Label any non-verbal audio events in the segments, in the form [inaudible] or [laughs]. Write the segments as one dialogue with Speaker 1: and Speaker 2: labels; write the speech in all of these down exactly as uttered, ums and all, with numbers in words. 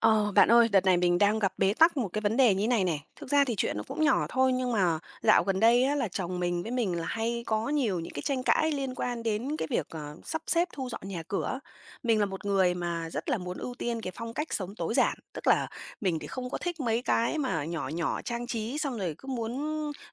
Speaker 1: Ờ, bạn ơi, đợt này mình đang gặp bế tắc một cái vấn đề như này này. Thực ra thì chuyện nó cũng nhỏ thôi nhưng mà dạo gần đây á, là chồng mình với mình là hay có nhiều những cái tranh cãi liên quan đến cái việc ờ, sắp xếp thu dọn nhà cửa. Mình là một người mà rất là muốn ưu tiên cái phong cách sống tối giản, tức là mình thì không có thích mấy cái mà nhỏ nhỏ trang trí xong rồi cứ muốn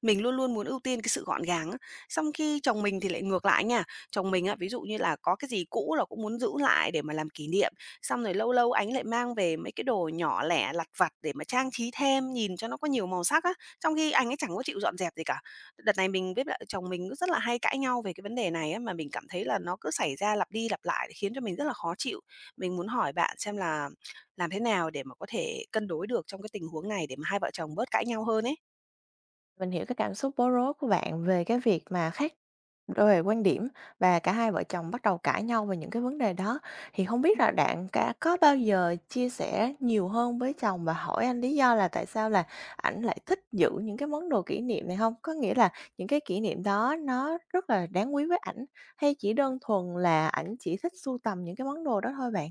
Speaker 1: mình luôn luôn muốn ưu tiên cái sự gọn gàng á. Xong khi chồng mình thì lại ngược lại nha. Chồng mình á, ví dụ như là có cái gì cũ là cũng muốn giữ lại để mà làm kỷ niệm. Xong rồi lâu lâu anh lại mang về mấy cái đồ nhỏ lẻ lặt vặt để mà trang trí thêm, nhìn cho nó có nhiều màu sắc á, trong khi anh ấy chẳng có chịu dọn dẹp gì cả. Đợt này mình với lại chồng mình cứ rất là hay cãi nhau về cái vấn đề này á, mà mình cảm thấy là nó cứ xảy ra lặp đi lặp lại khiến cho mình rất là khó chịu. Mình muốn hỏi bạn xem là làm thế nào để mà có thể cân đối được trong cái tình huống này để mà hai vợ chồng bớt cãi nhau hơn ấy?
Speaker 2: Mình hiểu cái cảm xúc bối rối của bạn về cái việc mà khác về quan điểm và cả hai vợ chồng bắt đầu cãi nhau về những cái vấn đề đó. Thì không biết là bạn cả có bao giờ chia sẻ nhiều hơn với chồng và hỏi anh lý do là tại sao là ảnh lại thích giữ những cái món đồ kỷ niệm này không? Có nghĩa là những cái kỷ niệm đó nó rất là đáng quý với ảnh, hay chỉ đơn thuần là ảnh chỉ thích sưu tầm những cái món đồ đó thôi bạn?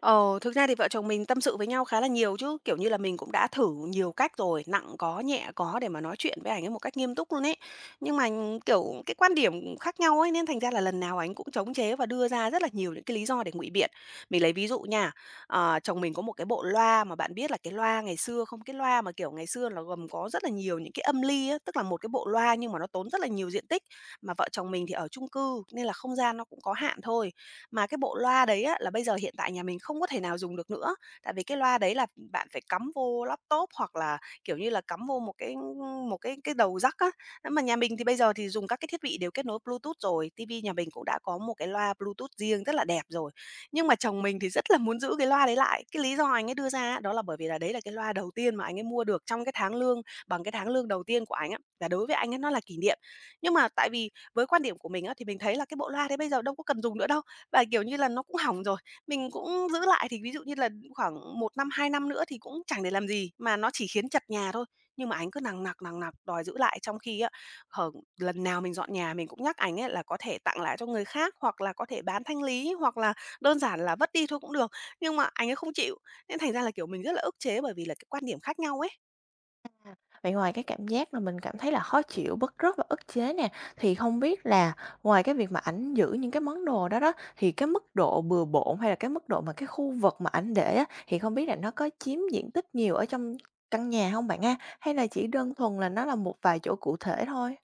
Speaker 1: Ờ, Thực ra thì vợ chồng mình tâm sự với nhau khá là nhiều chứ, kiểu như là, mình cũng đã thử nhiều cách rồi, nặng có, nhẹ có để mà nói chuyện với ảnh ấy một cách nghiêm túc luôn ấy. Nhưng mà, n- kiểu, cái quan điểm khác nhau ấy, nên thành ra là lần nào ảnh cũng chống chế và đưa ra rất là nhiều những cái lý do để ngụy biện. Mình lấy ví dụ nha, ờ, chồng mình có một cái bộ loa mà bạn biết là cái loa ngày xưa không? Cái loa mà, kiểu, ngày xưa nó gồm có rất là nhiều những cái âm ly á, tức là một cái bộ loa nhưng mà nó tốn rất là nhiều diện tích. Mà vợ chồng mình thì ở chung cư nên là không gian nó cũng có hạn thôi. Mà cái bộ loa đấy á, là bây giờ hiện tại nhà mình không có thể nào dùng được nữa, tại vì cái loa đấy là bạn phải cắm vô laptop hoặc là, kiểu như là, cắm vô một cái một cái cái đầu jack á. Thế mà nhà mình thì bây giờ thì dùng các cái thiết bị đều kết nối Bluetooth rồi, tivi nhà mình cũng đã có một cái loa Bluetooth riêng rất là đẹp rồi. Nhưng mà chồng mình thì rất là muốn giữ cái loa đấy lại, cái lý do anh ấy đưa ra á, đó là bởi vì là đấy là cái loa đầu tiên mà anh ấy mua được trong cái tháng lương bằng cái tháng lương đầu tiên của anh á, là đối với anh ấy nó là kỷ niệm. Nhưng mà tại vì với quan điểm của mình á, thì mình thấy là cái bộ loa đấy bây giờ đâu có cần dùng nữa đâu và, kiểu như là, nó cũng hỏng rồi. Mình cũng giữ lại thì ví dụ như là khoảng một năm, hai năm nữa thì cũng chẳng để làm gì, mà nó chỉ khiến chật nhà thôi. Nhưng mà anh cứ nằng nặc, nằng nặc đòi giữ lại, trong khi á, hở lần nào mình dọn nhà mình cũng nhắc ảnh ấy là có thể tặng lại cho người khác, hoặc là có thể bán thanh lý, hoặc là đơn giản là vứt đi thôi cũng được, nhưng mà ảnh ấy không chịu. Nên thành ra là, kiểu, mình rất là ức chế bởi vì là cái quan điểm khác nhau ấy.
Speaker 2: Vậy ngoài cái cảm giác mà mình cảm thấy là khó chịu, bứt rứt và ức chế nè, thì không biết là ngoài cái việc mà ảnh giữ những cái món đồ đó đó, thì cái mức độ bừa bộn hay là cái mức độ mà cái khu vực mà ảnh để á, thì không biết là nó có chiếm diện tích nhiều ở trong căn nhà không bạn ha? Hay là chỉ đơn thuần là nó là một vài chỗ cụ thể thôi?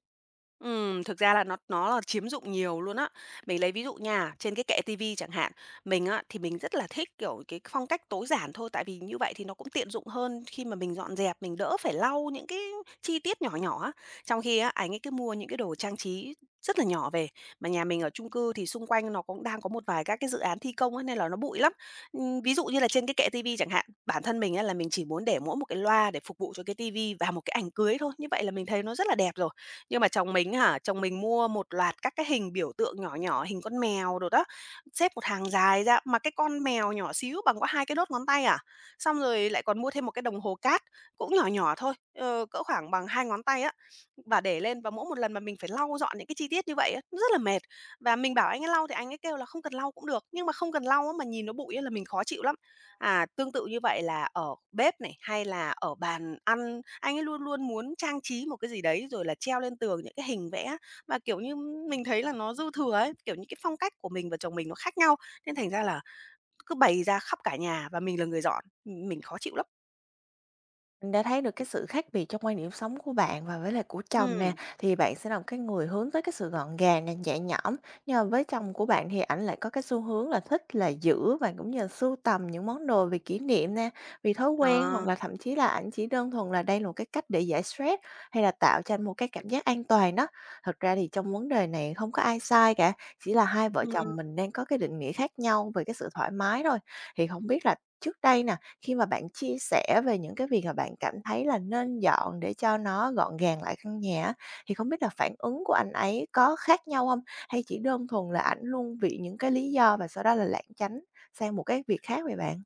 Speaker 1: Ừm, thực ra là nó nó là chiếm dụng nhiều luôn á. Mình lấy ví dụ nha, trên cái kệ tivi chẳng hạn, mình á thì mình rất là thích, kiểu, cái phong cách tối giản thôi, tại vì như vậy thì nó cũng tiện dụng hơn khi mà mình dọn dẹp, mình đỡ phải lau những cái chi tiết nhỏ nhỏ á. Trong khi á, ảnh ấy cứ mua những cái đồ trang trí rất là nhỏ về, mà nhà mình ở chung cư thì xung quanh nó cũng đang có một vài các cái dự án thi công á, nên là nó bụi lắm. Ừm, ví dụ như là trên cái kệ tivi chẳng hạn, bản thân mình á là mình chỉ muốn để mỗi một cái loa để phục vụ cho cái tivi và một cái ảnh cưới thôi, như vậy là mình thấy nó rất là đẹp rồi. Nhưng mà chồng mình hả, chồng mình mua một loạt các cái hình biểu tượng nhỏ nhỏ, hình con mèo đồ đó, xếp một hàng dài ra, mà cái con mèo nhỏ xíu bằng có hai cái đốt ngón tay à. Xong rồi lại còn mua thêm một cái đồng hồ cát, cũng nhỏ nhỏ thôi, ờ, cỡ khoảng bằng hai ngón tay á, và để lên và mỗi một lần mà mình phải lau dọn những cái chi tiết như vậy á, nó rất là mệt. Và mình bảo anh ấy lau thì anh ấy kêu là "Không cần lau cũng được", nhưng mà không cần lau á, mà nhìn nó bụi á là mình khó chịu lắm. À, tương tự như vậy là ở bếp này, hay là ở bàn ăn, anh ấy luôn luôn muốn trang trí một cái gì đấy, rồi là treo lên tường những cái hình vẽ mà, kiểu như, mình thấy là nó dư thừa ấy, kiểu như, cái phong cách của mình và chồng mình nó khác nhau, nên thành ra là cứ bày ra khắp cả nhà và mình là người dọn, ừm, mình khó chịu lắm.
Speaker 2: Mình đã thấy được cái sự khác biệt trong quan điểm sống của bạn và với lại của chồng nè,
Speaker 1: Ừm,
Speaker 2: thì bạn sẽ là một cái người hướng tới cái sự gọn gàng nè, nhẹ nhõm. Nhưng mà với chồng của bạn thì ảnh lại có cái xu hướng là thích là giữ và cũng như là sưu tầm những món đồ vì kỷ niệm nè, vì thói
Speaker 1: ờ,
Speaker 2: quen hoặc là thậm chí là ảnh chỉ đơn thuần là đây là một cái cách để giải stress, hay là tạo cho anh một cái cảm giác an toàn đó. Thật ra thì trong vấn đề này không có ai sai cả, chỉ là hai vợ chồng mình đang có cái định nghĩa khác nhau về cái sự thoải mái thôi. Thì không biết là trước đây nè, khi mà bạn chia sẻ về những cái việc mà bạn cảm thấy là nên dọn để cho nó gọn gàng lại căn nhà á, thì không biết là phản ứng của anh ấy có khác nhau không? Hay chỉ đơn thuần là ảnh luôn vì những cái lý do và sau đó là lảng tránh sang một cái việc khác vậy bạn?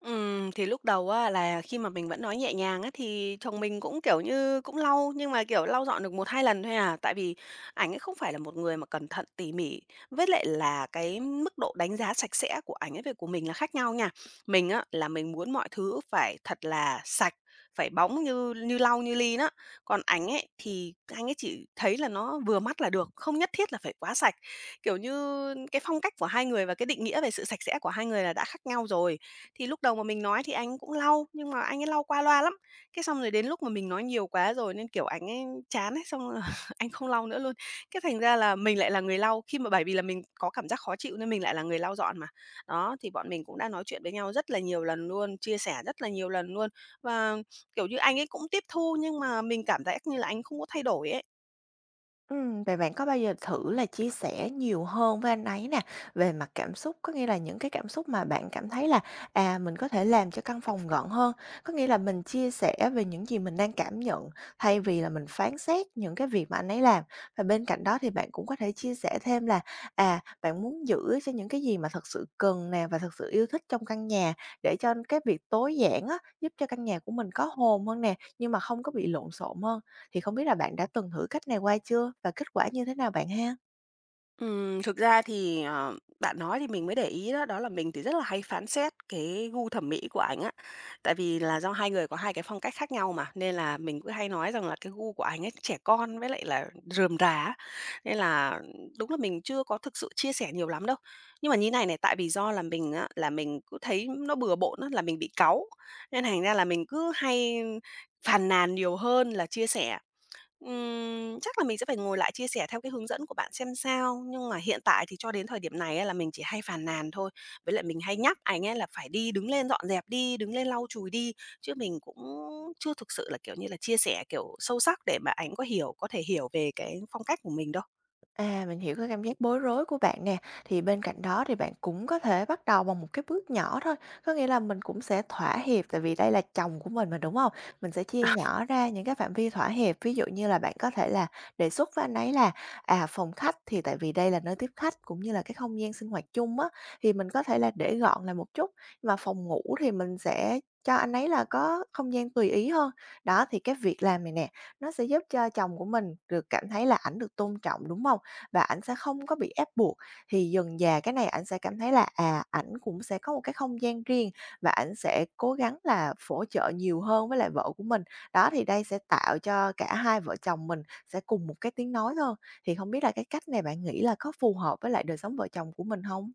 Speaker 1: Ừm, thì lúc đầu á là khi mà mình vẫn nói nhẹ nhàng á, thì chồng mình cũng, kiểu như, cũng lau, nhưng mà, kiểu, lau dọn được một hai lần thôi à. Tại vì ảnh ấy không phải là một người mà cẩn thận, tỉ mỉ, với lại là cái mức độ đánh giá sạch sẽ của ảnh ấy về của mình là khác nhau nha. Mình á, là mình muốn mọi thứ phải thật là sạch, phải bóng như như lau như ly đó. Còn ảnh ấy, thì anh ấy chỉ thấy là nó vừa mắt là được, không nhất thiết là phải quá sạch. Kiểu như, cái phong cách của hai người và cái định nghĩa về sự sạch sẽ của hai người là đã khác nhau rồi. Thì lúc đầu mà mình nói thì anh ấy cũng lau, nhưng mà anh ấy lau qua loa lắm. Cái xong rồi đến lúc mà mình nói nhiều quá rồi nên, kiểu, anh ấy chán ấy, xong là [laughs] anh không lau nữa luôn. Cái thành ra là mình lại là người lau, khi mà bởi vì là mình có cảm giác khó chịu nên mình lại là người lau dọn mà. Đó, thì bọn mình cũng đã nói chuyện với nhau rất là nhiều lần luôn, chia sẻ rất là nhiều lần luôn. Và, kiểu như, anh ấy cũng tiếp thu nhưng mà mình cảm giác như là anh không có thay đổi ấy.
Speaker 2: Ừm, vậy bạn có bao giờ thử là chia sẻ nhiều hơn với anh ấy nè, về mặt cảm xúc, có nghĩa là những cái cảm xúc mà bạn cảm thấy là, à, mình có thể làm cho căn phòng gọn hơn. Có nghĩa là mình chia sẻ về những gì mình đang cảm nhận, thay vì là mình phán xét những cái việc mà anh ấy làm. Và bên cạnh đó thì bạn cũng có thể chia sẻ thêm là, à, bạn muốn giữ cho những cái gì mà thật sự cần nè và thật sự yêu thích trong căn nhà, để cho cái việc tối giản á, giúp cho căn nhà của mình có hồn hơn nè, nhưng mà không có bị lộn xộn hơn. Thì không biết là bạn đã từng thử cách này qua chưa và kết quả như thế nào bạn ha?
Speaker 1: Ừm, thực ra thì, ờ, bạn nói thì mình mới để ý đó, đó là mình thì rất là hay phán xét cái gu thẩm mỹ của ảnh á. Tại vì là do hai người có hai cái phong cách khác nhau mà, nên là mình cứ hay nói rằng là cái gu của ảnh ấy trẻ con với lại là rườm rà á, nên là đúng là mình chưa có thực sự chia sẻ nhiều lắm đâu. Nhưng mà như này này, tại vì do là mình á, là mình cứ thấy nó bừa bộn á, là mình bị cáu, nên thành ra là mình cứ hay phàn nàn nhiều hơn là chia sẻ. Ừm, chắc là mình sẽ phải ngồi lại chia sẻ theo cái hướng dẫn của bạn xem sao, nhưng mà hiện tại thì cho đến thời điểm này á là mình chỉ hay phàn nàn thôi. Với lại mình hay nhắc anh ấy là phải đi, đứng lên dọn dẹp đi, đứng lên lau chùi đi, chứ mình cũng chưa thực sự là, kiểu như là, chia sẻ, kiểu, sâu sắc để mà ảnh có hiểu có thể hiểu về cái phong cách của mình đâu.
Speaker 2: À, mình hiểu cái cảm giác bối rối của bạn nè. Thì bên cạnh đó thì bạn cũng có thể bắt đầu bằng một cái bước nhỏ thôi. Có nghĩa là mình cũng sẽ thỏa hiệp, tại vì đây là chồng của mình mà, đúng không? Mình sẽ chia nhỏ ra những cái phạm vi thỏa hiệp. Ví dụ như là bạn có thể là đề xuất với anh ấy là, à, phòng khách thì tại vì đây là nơi tiếp khách cũng như là cái không gian sinh hoạt chung á, thì mình có thể là để gọn lại một chút. Mà phòng ngủ thì mình sẽ cho anh ấy là có không gian tùy ý hơn. Đó, thì cái việc làm này nè, nó sẽ giúp cho chồng của mình được cảm thấy là ảnh được tôn trọng, đúng không? Và ảnh sẽ không có bị ép buộc. Thì dần dà cái này ảnh sẽ cảm thấy là, à, ảnh cũng sẽ có một cái không gian riêng, và ảnh sẽ cố gắng là phổ trợ nhiều hơn với lại vợ của mình. Đó, thì đây sẽ tạo cho cả hai vợ chồng mình sẽ cùng một cái tiếng nói hơn. Thì không biết là cái cách này bạn nghĩ là có phù hợp với lại đời sống vợ chồng của mình không?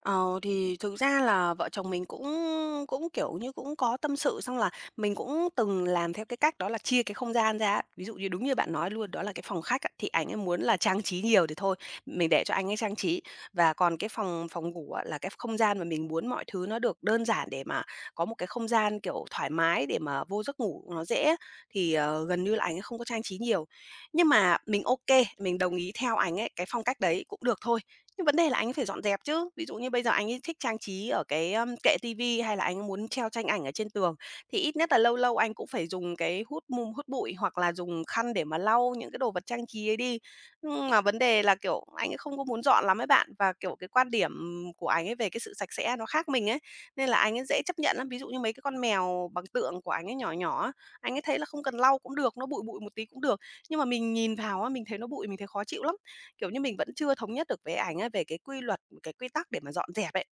Speaker 1: Ờ, thì thực ra là vợ chồng mình cũng cũng, kiểu như, cũng có tâm sự, xong là mình cũng từng làm theo cái cách đó là chia cái không gian ra á. Ví dụ như đúng như bạn nói luôn, đó là cái phòng khách á, thì ảnh ấy muốn là trang trí nhiều thì thôi, mình để cho anh ấy trang trí. Và còn cái phòng phòng ngủ á, là cái không gian mà mình muốn mọi thứ nó được đơn giản để mà có một cái không gian, kiểu, thoải mái để mà vô giấc ngủ nó dễ á, thì, ờ, gần như là anh ấy không có trang trí nhiều. Nhưng mà mình ok, mình đồng ý theo ảnh ấy, cái phong cách đấy cũng được thôi. Nhưng vấn đề là anh ấy phải dọn dẹp chứ. Ví dụ như bây giờ anh ấy thích trang trí ở cái, ưm, kệ tivi hay là anh ấy muốn treo tranh ảnh ở trên tường, thì ít nhất là lâu lâu anh cũng phải dùng cái hút mùm hút bụi hoặc là dùng khăn để mà lau những cái đồ vật trang trí ấy đi. Nhưng mà vấn đề là, kiểu, anh ấy không có muốn dọn lắm ấy bạn, và, kiểu, cái quan điểm của anh ấy về cái sự sạch sẽ nó khác mình ấy, nên là anh ấy dễ chấp nhận lắm. Ví dụ như mấy cái con mèo bằng tượng của anh ấy nhỏ nhỏ á, anh ấy thấy là không cần lau cũng được, nó bụi bụi một tí cũng được. Nhưng mà mình nhìn vào á, mình thấy nó bụi, mình thấy khó chịu lắm. Kiểu như, mình vẫn chưa thống nhất được với ảnh á, về cái quy luật, cái quy tắc để mà dọn dẹp ấy.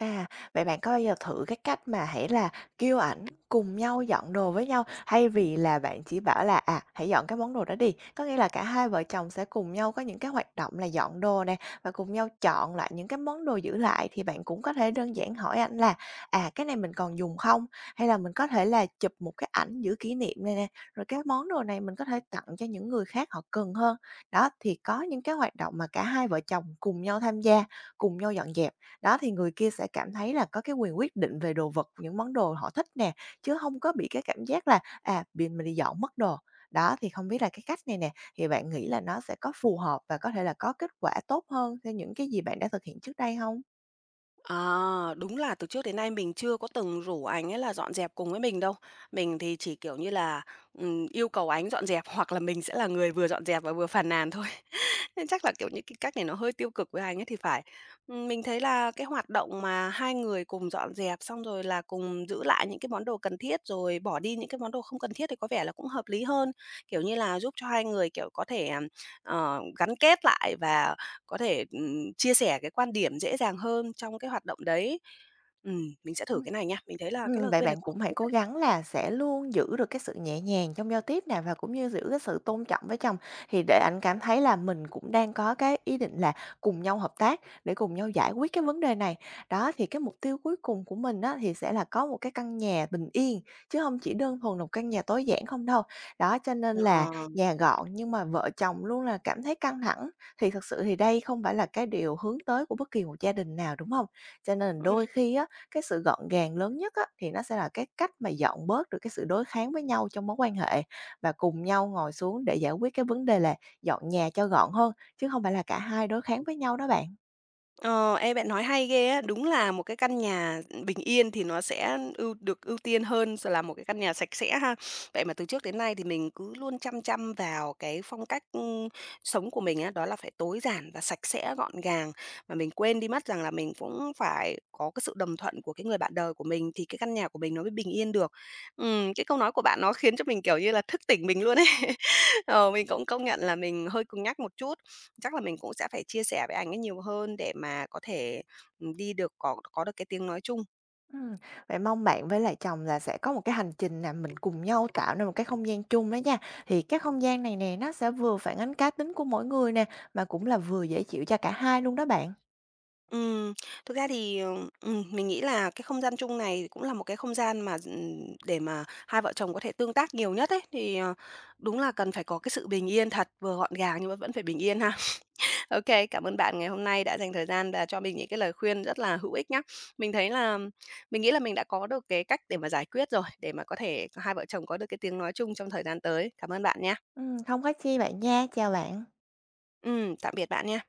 Speaker 2: À, vậy bạn có bao giờ thử cái cách mà hãy là kêu ảnh cùng nhau dọn đồ với nhau, thay vì là bạn chỉ bảo là, à, "Hãy dọn cái món đồ đó đi." Có nghĩa là cả hai vợ chồng sẽ cùng nhau có những cái hoạt động là dọn đồ nè, và cùng nhau chọn lại những cái món đồ giữ lại, thì bạn cũng có thể đơn giản hỏi ảnh là "À, cái này mình còn dùng không?" Hay là mình có thể là chụp một cái ảnh giữ kỷ niệm này nè, rồi cái món đồ này mình có thể tặng cho những người khác họ cần hơn. Đó, thì có những cái hoạt động mà cả hai vợ chồng cùng nhau tham gia, cùng nhau dọn dẹp. Đó, thì người kia sẽ cảm thấy là có cái quyền quyết định về đồ vật, những món đồ họ thích nè, chứ không có bị cái cảm giác là, à, bị mình đi dọn mất đồ. Đó, thì không biết là cái cách này nè, thì bạn nghĩ là nó sẽ có phù hợp và có thể là có kết quả tốt hơn theo những cái gì bạn đã thực hiện trước đây không?
Speaker 1: À, đúng là từ trước đến nay mình chưa có từng rủ ảnh ấy là dọn dẹp cùng với mình đâu. Mình thì chỉ, kiểu như là, ừm, yêu cầu ảnh dọn dẹp [laughs] hoặc là mình sẽ là người vừa dọn dẹp và vừa phàn nàn thôi. Thế chắc là, kiểu, những cái cách này nó hơi tiêu cực với Hành ấy thì phải. Ừm, mình thấy là cái hoạt động mà hai người cùng dọn dẹp, xong rồi là cùng giữ lại những cái món đồ cần thiết, rồi bỏ đi những cái món đồ không cần thiết thì có vẻ là cũng hợp lý hơn. Kiểu như là, giúp cho hai người, kiểu, có thể, ờ, gắn kết lại và có thể, ừm, chia sẻ cái quan điểm dễ dàng hơn trong cái hoạt động đấy. Ừm, mình sẽ thử cái này nha, mình thấy là cái
Speaker 2: Ừm,
Speaker 1: lời
Speaker 2: vậy
Speaker 1: khuyên này
Speaker 2: bạn
Speaker 1: cũng
Speaker 2: cũng hãy
Speaker 1: hữu ích
Speaker 2: cố
Speaker 1: đấy.
Speaker 2: gắng là sẽ luôn giữ được cái sự nhẹ nhàng trong giao tiếp nè, và cũng như giữ cái sự tôn trọng với chồng, thì để anh cảm thấy là mình cũng đang có cái ý định là cùng nhau hợp tác để cùng nhau giải quyết cái vấn đề này. Đó, thì cái mục tiêu cuối cùng của mình á, thì sẽ là có một cái căn nhà bình yên, chứ không chỉ đơn thuần là một căn nhà tối giản không đâu. Đó, cho nên là
Speaker 1: Ờ.
Speaker 2: nhà gọn nhưng mà vợ chồng luôn là cảm thấy căng thẳng, thì thật sự thì đây không phải là cái điều hướng tới của bất kỳ một gia đình nào, đúng không? Cho nên đôi khi á, cái sự gọn gàng lớn nhất á, thì nó sẽ là cái cách mà dọn bớt được cái sự đối kháng với nhau trong mối quan hệ, và cùng nhau ngồi xuống để giải quyết cái vấn đề là dọn nhà cho gọn hơn, chứ không phải là cả hai đối kháng với nhau đó bạn.
Speaker 1: Ờ, ê, bạn nói hay ghê á. Đúng là một cái căn nhà, bình yên thì nó sẽ ưu được ưu tiên hơn so là một cái căn nhà sạch sẽ ha. Vậy mà từ trước đến nay thì mình cứ luôn chăm chăm vào cái phong cách, ưm, sống của mình á, đó là phải tối giản và sạch sẽ, gọn gàng, mà mình quên đi mất rằng là mình cũng phải có cái sự đồng thuận của cái người bạn đời của mình thì cái căn nhà của mình nó mới bình yên được. Ừm, cái câu nói của bạn nó khiến cho mình, kiểu như là, thức tỉnh mình luôn ấy. [laughs] Ờ, mình cũng công nhận là mình hơi cứng nhắc một chút. Chắc là mình cũng sẽ phải chia sẻ với ảnh ấy nhiều hơn để mà có thể, ừm, đi được có có được cái tiếng nói chung.
Speaker 2: Ừm, vậy mong bạn với lại chồng là sẽ có một cái hành trình là mình cùng nhau tạo nên một cái không gian chung đó nha. Thì cái không gian này nè, nó sẽ vừa phản ánh cá tính của mỗi người nè, mà cũng là vừa dễ chịu cho cả hai luôn đó bạn.
Speaker 1: Ừm, thực ra thì, ờ, mình nghĩ là cái không gian chung này cũng là một cái không gian mà, ừm, để mà hai vợ chồng có thể tương tác nhiều nhất ấy, thì, ờ, đúng là cần phải có cái sự bình yên thật, vừa gọn gàng nhưng mà vẫn phải bình yên ha. [laughs] Ok, cảm ơn bạn ngày hôm nay đã dành thời gian và cho mình những cái lời khuyên rất là hữu ích nhá. Mình thấy là mình nghĩ là mình đã có được cái cách để mà giải quyết rồi, để mà có thể hai vợ chồng có được cái tiếng nói chung trong thời gian tới. Cảm ơn bạn nhé.
Speaker 2: Ừm, không có chi bạn nha, chào bạn.
Speaker 1: Ừ, tạm biệt bạn nha.